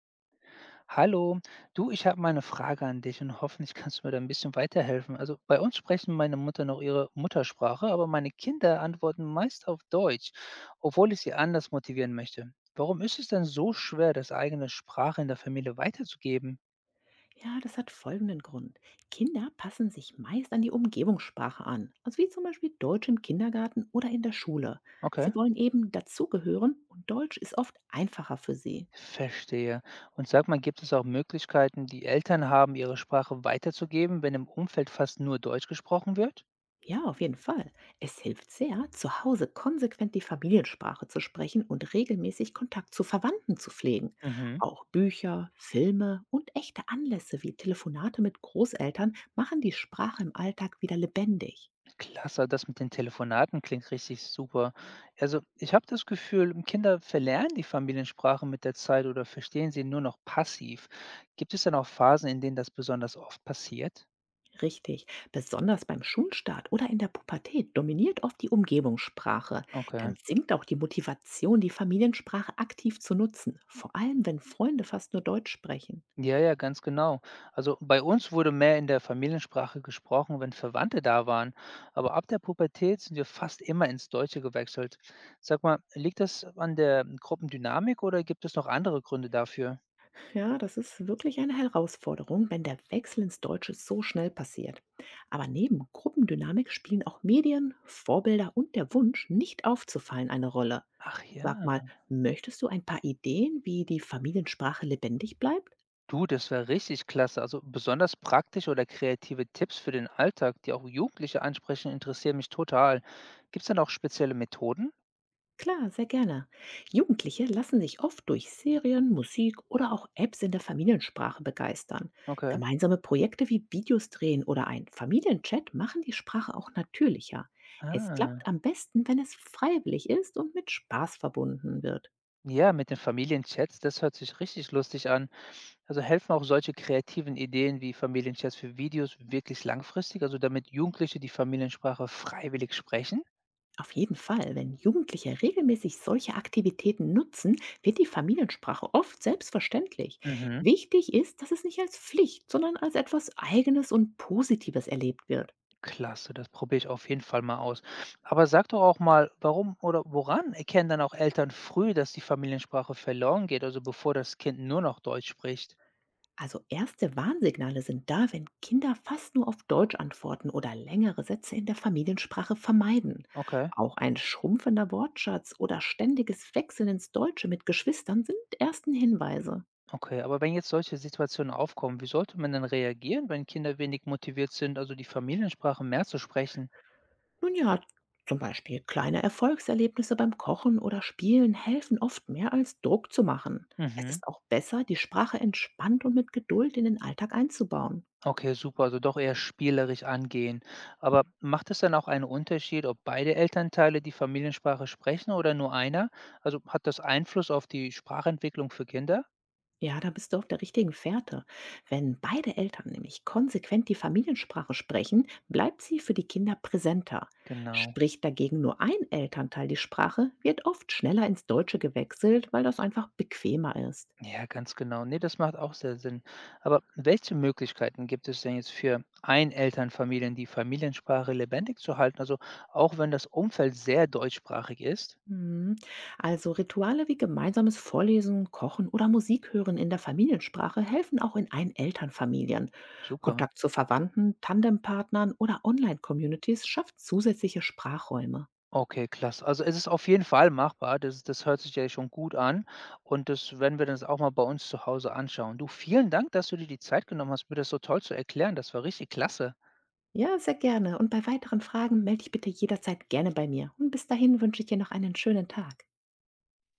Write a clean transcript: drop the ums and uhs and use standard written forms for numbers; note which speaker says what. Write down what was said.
Speaker 1: Hallo, du, ich habe mal eine Frage an dich und hoffentlich kannst du mir da ein bisschen weiterhelfen. Also bei uns sprechen meine Mutter noch ihre Muttersprache, aber meine Kinder antworten meist auf Deutsch, obwohl ich sie anders motivieren möchte. Warum ist es denn so schwer, das eigene Sprache in der Familie weiterzugeben?
Speaker 2: Ja, das hat folgenden Grund. Kinder passen sich meist an die Umgebungssprache an, also wie zum Beispiel Deutsch im Kindergarten oder in der Schule.
Speaker 1: Okay,
Speaker 2: Sie wollen eben dazugehören und Deutsch ist oft einfacher für sie.
Speaker 1: verstehe. Und sag mal, gibt es auch Möglichkeiten, die Eltern haben, ihre Sprache weiterzugeben, wenn im Umfeld fast nur Deutsch gesprochen wird?
Speaker 2: Ja, auf jeden Fall. Es hilft sehr, zu Hause konsequent die Familiensprache zu sprechen und regelmäßig Kontakt zu Verwandten zu pflegen.
Speaker 1: Mhm.
Speaker 2: Auch Bücher, Filme und echte Anlässe wie Telefonate mit Großeltern machen die Sprache im Alltag wieder lebendig.
Speaker 1: Klasse, das mit den Telefonaten klingt richtig super. Also, ich habe das Gefühl, Kinder verlernen die Familiensprache mit der Zeit oder verstehen sie nur noch passiv. Gibt es denn auch Phasen, in denen das besonders oft passiert?
Speaker 2: Richtig. Besonders beim Schulstart oder in der Pubertät dominiert oft die Umgebungssprache. Dann
Speaker 1: Okay.
Speaker 2: sinkt auch die Motivation, die Familiensprache aktiv zu nutzen, vor allem wenn Freunde fast nur Deutsch sprechen.
Speaker 1: Ja, ja, ganz genau. Also bei uns wurde mehr in der Familiensprache gesprochen, wenn Verwandte da waren. Aber ab der Pubertät sind wir fast immer ins Deutsche gewechselt. Sag mal, liegt das an der Gruppendynamik oder gibt es noch andere Gründe dafür?
Speaker 2: Ja, das ist wirklich eine Herausforderung, wenn der Wechsel ins Deutsche so schnell passiert. Aber neben Gruppendynamik spielen auch Medien, Vorbilder und der Wunsch, nicht aufzufallen, eine Rolle.
Speaker 1: Ach
Speaker 2: Sag mal,
Speaker 1: ja.
Speaker 2: möchtest du ein paar Ideen, wie die Familiensprache lebendig bleibt?
Speaker 1: Du, das wäre richtig klasse. Also besonders praktische oder kreative Tipps für den Alltag, die auch Jugendliche ansprechen, interessieren mich total. Gibt es denn auch spezielle Methoden?
Speaker 2: Klar, sehr gerne. Jugendliche lassen sich oft durch Serien, Musik oder auch Apps in der Familiensprache begeistern.
Speaker 1: Okay.
Speaker 2: Gemeinsame Projekte wie Videos drehen oder ein Familienchat machen die Sprache auch natürlicher. Es klappt
Speaker 1: Ah.
Speaker 2: am besten, wenn es freiwillig ist und mit Spaß verbunden wird.
Speaker 1: Ja, mit den Familienchats, das hört sich richtig lustig an. Also helfen auch solche kreativen Ideen wie Familienchats für Videos wirklich langfristig, also damit Jugendliche die Familiensprache freiwillig sprechen?
Speaker 2: Auf jeden Fall, wenn Jugendliche regelmäßig solche Aktivitäten nutzen, wird die Familiensprache oft selbstverständlich.
Speaker 1: Mhm.
Speaker 2: Wichtig ist, dass es nicht als Pflicht, sondern als etwas Eigenes und Positives erlebt wird.
Speaker 1: Klasse, das probiere ich auf jeden Fall mal aus. Aber sag doch auch mal, warum oder woran erkennen dann auch Eltern früh, dass die Familiensprache verloren geht, also bevor das Kind nur noch Deutsch spricht?
Speaker 2: Also erste Warnsignale sind da, wenn Kinder fast nur auf Deutsch antworten oder längere Sätze in der Familiensprache vermeiden.
Speaker 1: Okay,
Speaker 2: Auch ein schrumpfender Wortschatz oder ständiges Wechseln ins Deutsche mit Geschwistern sind ersten Hinweise.
Speaker 1: okay. Aber wenn jetzt solche Situationen aufkommen, wie sollte man denn reagieren, wenn Kinder wenig motiviert sind, also die Familiensprache mehr zu sprechen?
Speaker 2: Nun ja, zum Beispiel kleine Erfolgserlebnisse beim Kochen oder Spielen helfen oft mehr als Druck zu machen. Es
Speaker 1: Mhm.
Speaker 2: ist auch besser, die Sprache entspannt und mit Geduld in den Alltag einzubauen.
Speaker 1: Okay, super. Also doch eher spielerisch angehen. Aber macht es dann auch einen Unterschied, ob beide Elternteile die Familiensprache sprechen oder nur einer? Also hat das Einfluss auf die Sprachentwicklung für Kinder?
Speaker 2: Ja, da bist du auf der richtigen Fährte. Wenn beide Eltern nämlich konsequent die Familiensprache sprechen, bleibt sie für die Kinder präsenter.
Speaker 1: Genau.
Speaker 2: Spricht dagegen nur ein Elternteil die Sprache, wird oft schneller ins Deutsche gewechselt, weil das einfach bequemer ist.
Speaker 1: Ja, ganz genau. Ne, das macht auch sehr Sinn. Aber welche Möglichkeiten gibt es denn jetzt für Einelternfamilien, die Familiensprache lebendig zu halten? Also auch wenn das Umfeld sehr deutschsprachig ist?
Speaker 2: Mhm. Also Rituale wie gemeinsames Vorlesen, Kochen oder Musik hören in der Familiensprache helfen auch in Einelternfamilien.
Speaker 1: Super.
Speaker 2: Kontakt zu Verwandten, Tandempartnern oder Online-Communities schafft zusätzliche Sprachräume.
Speaker 1: Okay, klasse. Also es ist auf jeden Fall machbar. Das hört sich ja schon gut an und das werden wir das auch mal bei uns zu Hause anschauen. Du, vielen Dank, dass du dir die Zeit genommen hast, mir das so toll zu erklären. Das war richtig klasse.
Speaker 2: Ja, sehr gerne. Und bei weiteren Fragen melde dich bitte jederzeit gerne bei mir. Und bis dahin wünsche ich dir noch einen schönen Tag.